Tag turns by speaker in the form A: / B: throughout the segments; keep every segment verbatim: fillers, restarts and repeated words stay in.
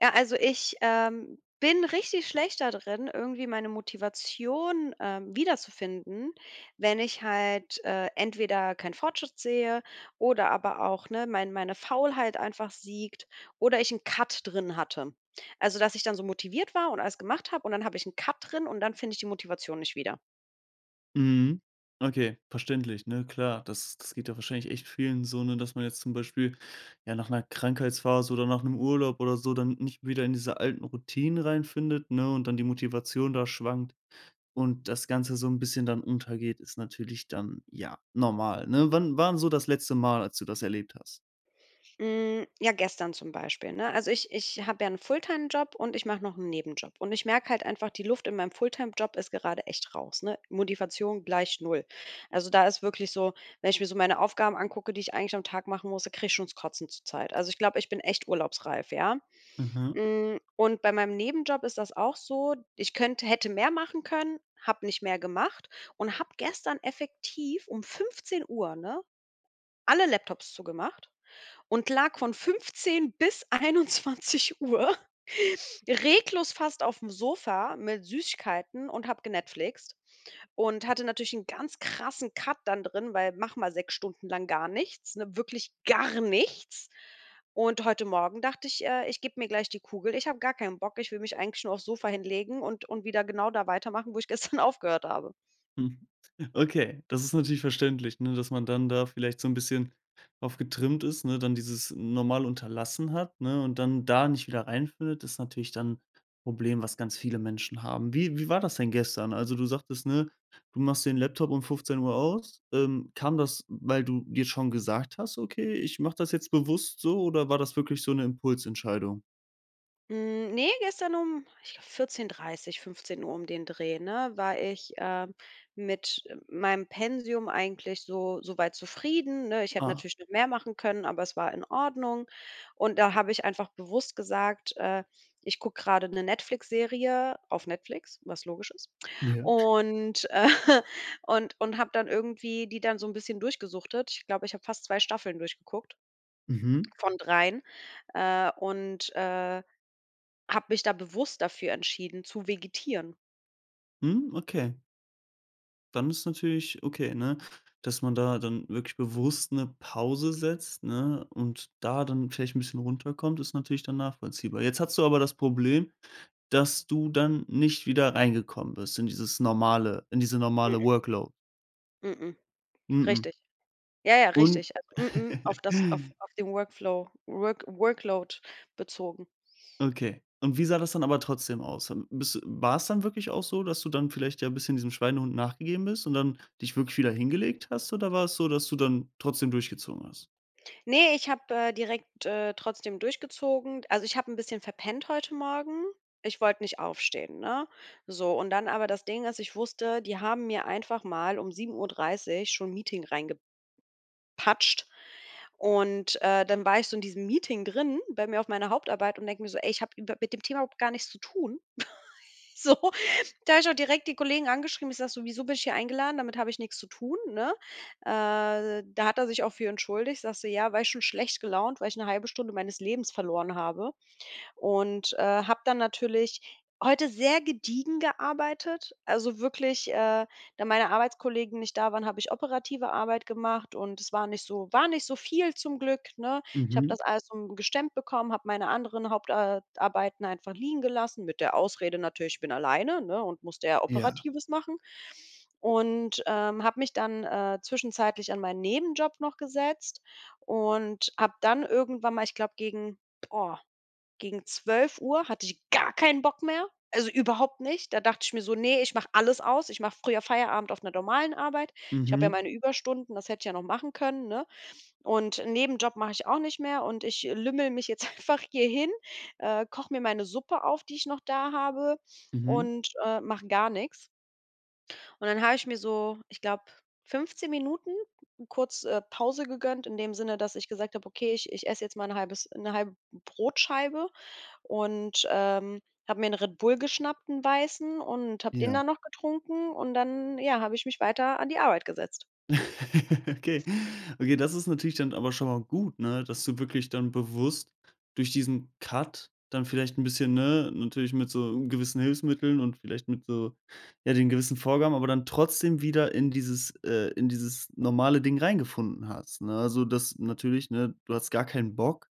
A: Ja, also ich, ähm, bin richtig schlecht da drin, irgendwie meine Motivation, ähm, wiederzufinden, wenn ich halt, äh, entweder keinen Fortschritt sehe oder aber auch, ne, mein meine Faulheit einfach siegt oder ich 'n Cut drin hatte. Also, dass ich dann so motiviert war und alles gemacht habe und dann habe ich 'n Cut drin und dann finde ich die Motivation nicht wieder.
B: Mhm. Okay, verständlich, ne? Klar, das das geht ja wahrscheinlich echt vielen so, ne, dass man jetzt zum Beispiel, ja, nach einer Krankheitsphase oder nach einem Urlaub oder so dann nicht wieder in diese alten Routinen reinfindet, ne, und dann die Motivation da schwankt und das Ganze so ein bisschen dann untergeht, ist natürlich dann, ja, normal, ne? Wann war 'n so das letzte Mal, als du das erlebt hast?
A: Hm, ja, gestern zum Beispiel, ne? Also, ich ich habe ja einen Fulltime-Job und ich mache noch einen Nebenjob. Und ich merke halt einfach, die Luft in meinem Fulltime-Job ist gerade echt raus, ne? Motivation gleich null. Also, da ist wirklich so, wenn ich mir so meine Aufgaben angucke, die ich eigentlich am Tag machen muss, da kriege ich schon das Kotzen zur Zeit. Also, ich glaube, ich bin echt urlaubsreif, ja?
B: Mhm.
A: Hm, und bei meinem Nebenjob ist das auch so. Ich könnte hätte mehr machen können, habe nicht mehr gemacht und habe gestern effektiv um fünfzehn Uhr, ne, alle Laptops zugemacht und lag von fünfzehn bis einundzwanzig Uhr reglos fast auf dem Sofa mit Süßigkeiten und habe genetflixt und hatte natürlich einen ganz krassen Cut dann drin, weil mach mal sechs Stunden lang gar nichts, ne, wirklich gar nichts. Und heute Morgen dachte ich, äh: „Ich gebe mir gleich die Kugel. Ich habe gar keinen Bock. Ich will mich eigentlich nur aufs Sofa hinlegen und und wieder genau da weitermachen, wo ich gestern aufgehört habe.“
B: Mhm. Okay, das ist natürlich verständlich, ne, dass man dann da vielleicht so ein bisschen drauf getrimmt ist, ne, dann dieses normal unterlassen hat, ne, und dann da nicht wieder reinfindet, ist natürlich dann ein Problem, was ganz viele Menschen haben. Wie wie war das denn gestern? Also, du sagtest, ne, du machst den Laptop um fünfzehn Uhr aus. Ähm, kam das, weil du dir schon gesagt hast: „Okay, ich mache das jetzt bewusst so“, oder war das wirklich so eine Impulsentscheidung?
A: Hm, ne, gestern um, ich glaube, vierzehn Uhr dreißig, fünfzehn Uhr um den Dreh, ne, war ich, ähm, mit äh, meinem Pensium eigentlich so so weit zufrieden, ne? Ich hätte
B: Ah.
A: natürlich noch mehr machen können, aber es war in Ordnung. Und da habe ich einfach bewusst gesagt, äh, ich gucke gerade eine Netflix-Serie auf Netflix, was logisch ist.
B: Ja.
A: Und, äh, und und habe dann irgendwie die dann so ein bisschen durchgesuchtet. Ich glaube, ich habe fast zwei Staffeln durchgeguckt
B: Mhm.
A: von drei. Äh, und, äh habe mich da bewusst dafür entschieden, zu vegetieren.
B: Hm, okay. Dann ist natürlich okay, ne? Dass man da dann wirklich bewusst eine Pause setzt, ne, und da dann vielleicht ein bisschen runterkommt, ist natürlich dann nachvollziehbar. Jetzt hast du aber das Problem, dass du dann nicht wieder reingekommen bist in dieses normale in diese normale Workload.
A: Mhm, mhm,
B: Mhm.
A: richtig. Ja, ja,
B: Und
A: richtig. Also, mhm, auf das auf auf den Workflow Work Workload bezogen.
B: okay. Und wie sah das dann aber trotzdem aus? War es dann wirklich auch so, dass du dann vielleicht ja ein bisschen diesem Schweinehund nachgegeben bist und dann dich wirklich wieder hingelegt hast oder war es so, dass du dann trotzdem durchgezogen hast?
A: Ne, ich habe, äh, direkt, äh, trotzdem durchgezogen. Also, ich habe ein bisschen verpennt heute Morgen. Ich wollte nicht aufstehen, ne? So, und dann aber das Ding ist, ich wusste, die haben mir einfach mal um sieben Uhr dreißig schon 'n Meeting reingepatscht und, äh, dann war ich so in diesem Meeting drin bei mir auf meiner Hauptarbeit und denke mir so: „Ey, ich habe mit dem Thema überhaupt gar nichts zu tun.“ So, da habe ich auch direkt die Kollegen angeschrieben. Ich sage so: „Wieso bin ich hier eingeladen? Damit habe ich nichts zu tun“, ne? Äh, da hat er sich auch für entschuldigt. Sagt so: „Ja, war ich schon schlecht gelaunt, weil ich 'ne halbe Stunde meines Lebens verloren habe.“ Und, äh, habe dann natürlich heute sehr gediegen gearbeitet. Also, wirklich, äh, da meine Arbeitskollegen nicht da waren, habe ich operative Arbeit gemacht und es war nicht so war nicht so viel zum Glück, ne? Ich habe
B: Mhm.
A: das alles um gestemmt bekommen, habe meine anderen Hauptarbeiten einfach liegen gelassen mit der Ausrede natürlich, ich bin alleine, ne, und musste ja
B: Ja.
A: Operatives machen. Und, ähm, habe mich dann, äh, zwischenzeitlich an meinen Nebenjob noch gesetzt und habe dann irgendwann mal, ich glaube gegen, boah, gegen zwölf Uhr hatte ich gar keinen Bock mehr, also überhaupt nicht. Da dachte ich mir so: nee, ich mache alles aus. Ich mache früher Feierabend auf einer normalen Arbeit. Ich habe ja
B: Mhm,
A: meine Überstunden, das hätte ich ja noch machen können, ne? Und 'n Nebenjob mache ich auch nicht mehr und ich lümmel mich jetzt einfach hier hin, äh, koche mir meine Suppe auf, die ich noch da habe
B: mhm.
A: und, äh, mache gar nichts. Und dann habe ich mir so, ich glaube, fünfzehn Minuten kurz, äh, Pause gegönnt in dem Sinne, dass ich gesagt habe: „Okay, ich ich esse jetzt mal 'n halbes 'ne halbe Brotscheibe“ und, ähm, habe mir einen Red Bull geschnappt, 'n weißen, und habe den
B: Ja.
A: dann noch getrunken und dann, ja, habe ich mich weiter an die Arbeit gesetzt.
B: Okay. Okay, das ist natürlich dann aber schon mal gut, ne, dass du wirklich dann bewusst durch diesen Cut dann vielleicht ein bisschen, ne, natürlich mit so gewissen Hilfsmitteln und vielleicht mit so, ja, den gewissen Vorgaben, aber dann trotzdem wieder in dieses äh, in dieses normale Ding reingefunden hast, ne? Also, das natürlich, ne, du hast gar keinen Bock.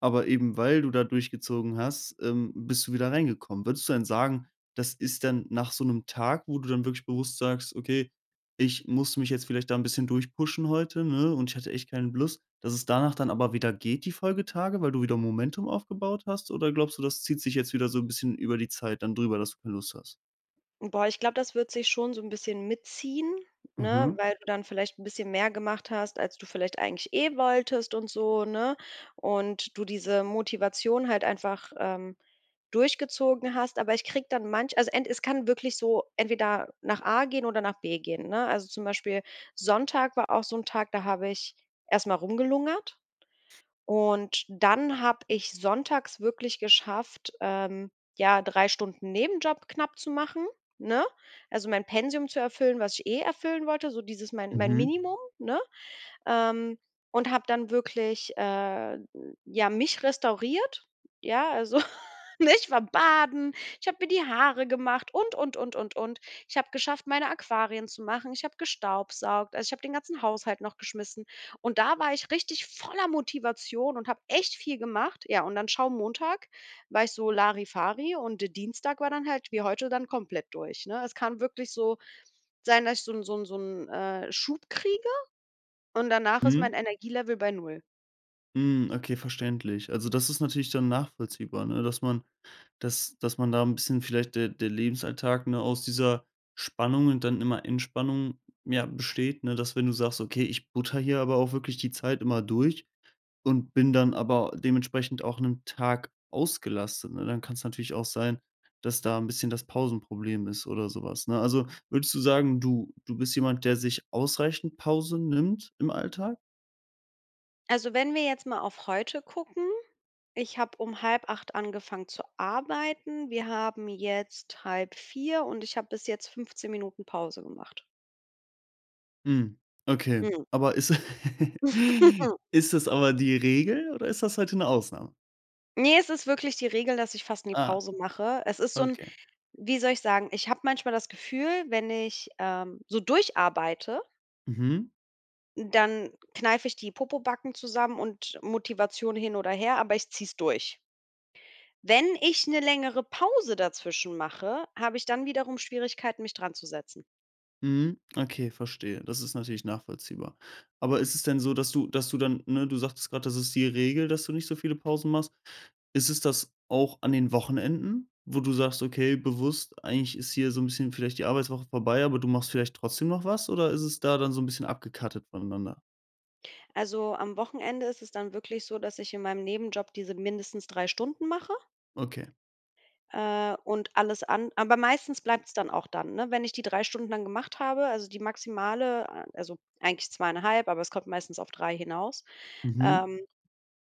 B: Aber eben weil du da durchgezogen hast, ähm, bist du wieder reingekommen. Würdest du denn sagen, das ist dann nach so einem Tag, wo du dann wirklich bewusst sagst: „Okay, ich muss mich jetzt vielleicht da ein bisschen durchpushen heute, ne, und ich hatte echt keinen Lust“, dass es danach dann aber wieder geht die Folgetage, weil du wieder Momentum aufgebaut hast? Oder glaubst du, das zieht sich jetzt wieder so ein bisschen über die Zeit dann drüber, dass du keine Lust hast?
A: Boah, ich glaube, das wird sich schon so 'n bisschen mitziehen, ne,
B: Mhm,
A: weil du dann vielleicht 'n bisschen mehr gemacht hast, als du vielleicht eigentlich eh wolltest und so, ne? Und du diese Motivation halt einfach, ähm, durchgezogen hast. Aber ich kriege dann manch also ent es kann wirklich so entweder nach A gehen oder nach B gehen, ne? Also, zum Beispiel Sonntag war auch so 'n Tag, da habe ich erst mal rumgelungert. Und dann habe ich sonntags wirklich geschafft, ähm, ja, drei Stunden Nebenjob knapp zu machen, ne? Also, mein Pensium zu erfüllen, was ich eh erfüllen wollte, so dieses mein mein
B: mhm,
A: Minimum, ne? Ähm, und habe dann wirklich, äh, ja, mich restauriert, ja, also, ne, ich war baden, ich habe mir die Haare gemacht und, und, und, und, und. Ich habe geschafft, meine Aquarien zu machen. Ich habe gestaubsaugt. Also, ich habe den ganzen Haushalt noch geschmissen. Und da war ich richtig voller Motivation und habe echt viel gemacht. Ja, und dann schau, Montag war ich so Larifari und, äh, Dienstag war dann halt wie heute dann komplett durch, ne? Es kann wirklich so sein, dass ich so 'n so 'n so einen äh, Schub kriege und danach ist
B: mhm.
A: mein Energielevel bei null.
B: Hm, okay, verständlich. Also, das ist natürlich dann nachvollziehbar, ne, dass man. Dass dass man da ein bisschen vielleicht der der Lebensalltag, ne, aus dieser Spannung und dann immer Entspannung, ja, besteht, ne, dass wenn du sagst: „Okay, ich butter hier aber auch wirklich die Zeit immer durch und bin dann aber dementsprechend auch einen Tag ausgelastet“, ne? Dann kann es natürlich auch sein, dass da ein bisschen das Pausenproblem ist oder sowas, ne? Also, würdest du sagen, du du bist jemand, der sich ausreichend Pause nimmt im Alltag?
A: Also, wenn wir jetzt mal auf heute gucken, ich habe um halb acht angefangen zu arbeiten. Wir haben jetzt halb vier und ich habe bis jetzt fünfzehn Minuten Pause gemacht.
B: Mhm, okay.
A: Mhm.
B: Aber ist
A: Ne,
B: ist das aber die Regel oder ist das heute eine Ausnahme?
A: es ist wirklich die Regel, dass ich fast nie
B: Ah,
A: Pause mache. Es ist so ein,
B: okay.
A: wie soll ich sagen, ich habe manchmal das Gefühl, wenn ich, ähm, so durcharbeite,
B: Mhm,
A: dann kneife ich die Popobacken zusammen und Motivation hin oder her, aber ich ziehe es durch. Wenn ich eine längere Pause dazwischen mache, habe ich dann wiederum Schwierigkeiten, mich dranzusetzen.
B: mhm. Okay, verstehe. Das ist natürlich nachvollziehbar. Aber ist es denn so, dass du dass du dann, ne, du sagtest gerade, das ist die Regel, dass du nicht so viele Pausen machst. Ist es das auch an den Wochenenden, wo du sagst: „Okay, bewusst, eigentlich ist hier so ein bisschen vielleicht die Arbeitswoche vorbei, aber du machst vielleicht trotzdem noch was?“ Oder ist es da dann so ein bisschen abgekattet voneinander?
A: Also, am Wochenende ist es dann wirklich so, dass ich in meinem Nebenjob diese mindestens drei Stunden mache,
B: Okay.
A: äh, und alles an aber meistens bleibt es dann auch dann, ne? Wenn ich die drei Stunden dann gemacht habe, also die maximale, a also eigentlich zweieinhalb, aber es kommt meistens auf drei hinaus,
B: Mhm,
A: ähm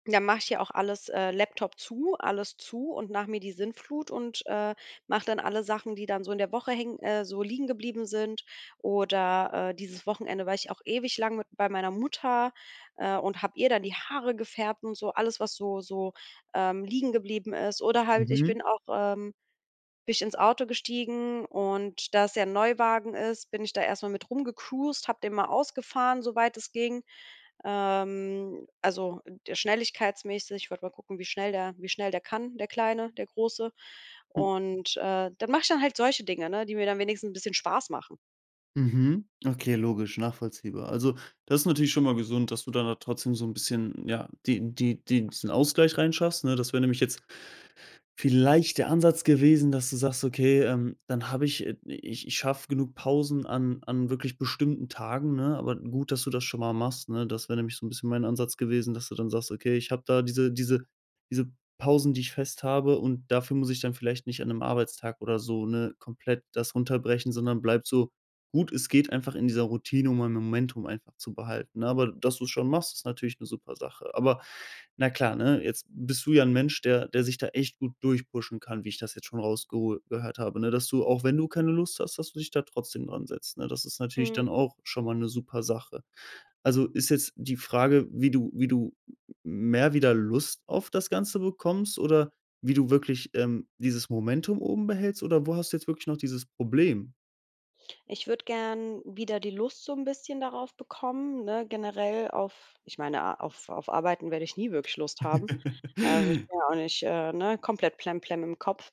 A: dann mache ich ja auch alles, äh Laptop zu, alles zu und nach mir die Sinnflut und, äh, mache dann alle Sachen, die dann so in der Woche hängen äh, so liegen geblieben sind. Oder, äh, dieses Wochenende war ich auch ewig lang mit bei meiner Mutter, äh, und habe ihr dann die Haare gefärbt und so, alles, was so so, ähm, liegen geblieben ist. Oder halt, ich
B: mhm.
A: bin auch, ähm bin ich ins Auto gestiegen und da es ja 'n Neuwagen ist, bin ich da erstmal mit rumgecruised, habe den mal ausgefahren, soweit es ging. Ähm, also, der schnelligkeitsmäßig, ich wollte mal gucken, wie schnell der wie schnell der kann, der Kleine, der Große. Und, äh, dann mache ich dann halt solche Dinge, ne, die mir dann wenigstens ein bisschen Spaß machen.
B: Mhm. Okay, logisch, nachvollziehbar. Also, das ist natürlich schon mal gesund, dass du dann da trotzdem so ein bisschen, ja, die die die diesen Ausgleich reinschaffst, ne? Das wäre nämlich jetzt vielleicht der Ansatz gewesen, dass du sagst: „Okay, ähm, dann habe ich äh, ich ich schaffe genug Pausen an an wirklich bestimmten Tagen“, ne? Aber gut, dass du das schon mal machst, ne? Das wäre nämlich so ein bisschen mein Ansatz gewesen, dass du dann sagst: „Okay, ich habe da diese diese diese Pausen, die ich fest habe und dafür muss ich dann vielleicht nicht an einem Arbeitstag oder so, ne, komplett das runterbrechen, sondern bleibt so gut es geht, einfach in dieser Routine, um mein Momentum einfach zu behalten, ne? Aber dass du es schon machst, ist natürlich eine super Sache. Aber na klar, ne, jetzt bist du ja ein Mensch, der der sich da echt gut durchpushen kann, wie ich das jetzt schon rausgehört habe, ne, dass du, auch wenn du keine Lust hast, dass du dich da trotzdem dran setzt, ne? Das ist natürlich dann
A: Mhm.
B: auch schon mal eine super Sache. Also, ist jetzt die Frage, wie du wie du mehr wieder Lust auf das Ganze bekommst oder wie du wirklich, ähm, dieses Momentum oben behältst oder wo hast du jetzt wirklich noch dieses Problem?
A: Ich würde gern wieder die Lust so ein bisschen darauf bekommen, ne, generell auf, ich meine, a auf auf Arbeiten werde ich nie wirklich Lust haben. Also, ich bin ja auch nicht, äh, ne, komplett plemplem im Kopf,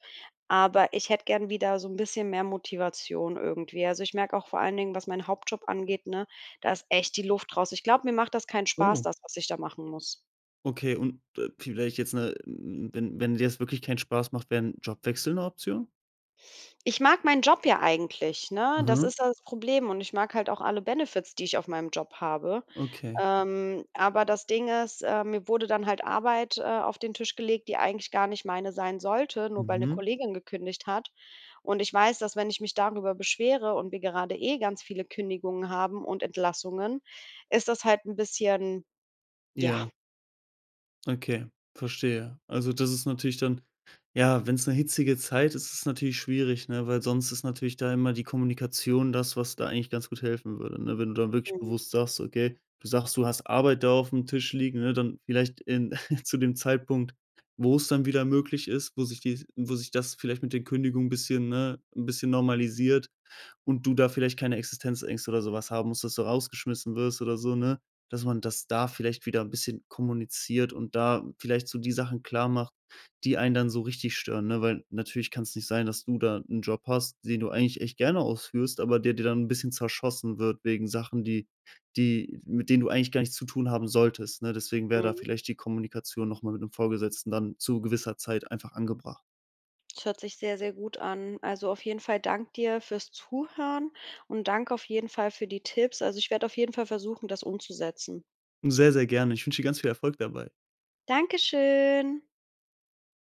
A: aber ich hätte gern wieder so ein bisschen mehr Motivation irgendwie. Also, ich merke auch vor allen Dingen, was meinen Hauptjob angeht, ne, da ist echt die Luft raus. Ich glaube, mir macht das keinen Spaß,
B: Oh,
A: das, was ich da machen muss.
B: okay. Und, äh, vielleicht jetzt 'ne wenn wenn dir das wirklich keinen Spaß macht, wäre ein Jobwechsel eine Option?
A: Ich mag meinen Job ja eigentlich, ne? Das
B: Mhm,
A: ist ja das Problem und ich mag halt auch alle Benefits, die ich auf meinem Job habe.
B: okay.
A: Ähm, aber das Ding ist, äh, mir wurde dann halt Arbeit, äh, auf den Tisch gelegt, die eigentlich gar nicht meine sein sollte, nur weil eine
B: Mhm,
A: Kollegin gekündigt hat. Und ich weiß, dass wenn ich mich darüber beschwere und wir gerade eh ganz viele Kündigungen haben und Entlassungen, ist das halt ein bisschen, ja,
B: ja. Okay, verstehe. Also, das ist natürlich dann, ja, wenn es eine hitzige Zeit ist, ist es natürlich schwierig, ne, weil sonst ist natürlich da immer die Kommunikation das, was da eigentlich ganz gut helfen würde, ne? Wenn du dann wirklich
A: mhm,
B: bewusst sagst, okay, du sagst, du hast Arbeit da auf dem Tisch liegen, ne, dann vielleicht in zu dem Zeitpunkt, wo es dann wieder möglich ist, wo sich die wo sich das vielleicht mit den Kündigungen ein bisschen, ne, ein bisschen normalisiert und du da vielleicht keine Existenzängste oder sowas haben musst, dass du rausgeschmissen wirst oder so, ne? Dass man das da vielleicht wieder ein bisschen kommuniziert und da vielleicht so die Sachen klarmacht, die einen dann so richtig stören, ne? Weil natürlich kann es nicht sein, dass du da einen Job hast, den du eigentlich echt gerne ausführst, aber der dir dann ein bisschen zerschossen wird wegen Sachen, die die mit denen du eigentlich gar nichts zu tun haben solltest, ne? Deswegen wäre da
A: mhm.
B: vielleicht die Kommunikation nochmal mit dem Vorgesetzten dann zu gewisser Zeit einfach angebracht.
A: Es hört sich sehr, sehr gut an. Also, auf jeden Fall dank dir fürs Zuhören und Dank auf jeden Fall für die Tipps. Also, ich werde auf jeden Fall versuchen, das umzusetzen.
B: Sehr, sehr gerne. Ich wünsche dir ganz viel Erfolg dabei.
A: Dankeschön.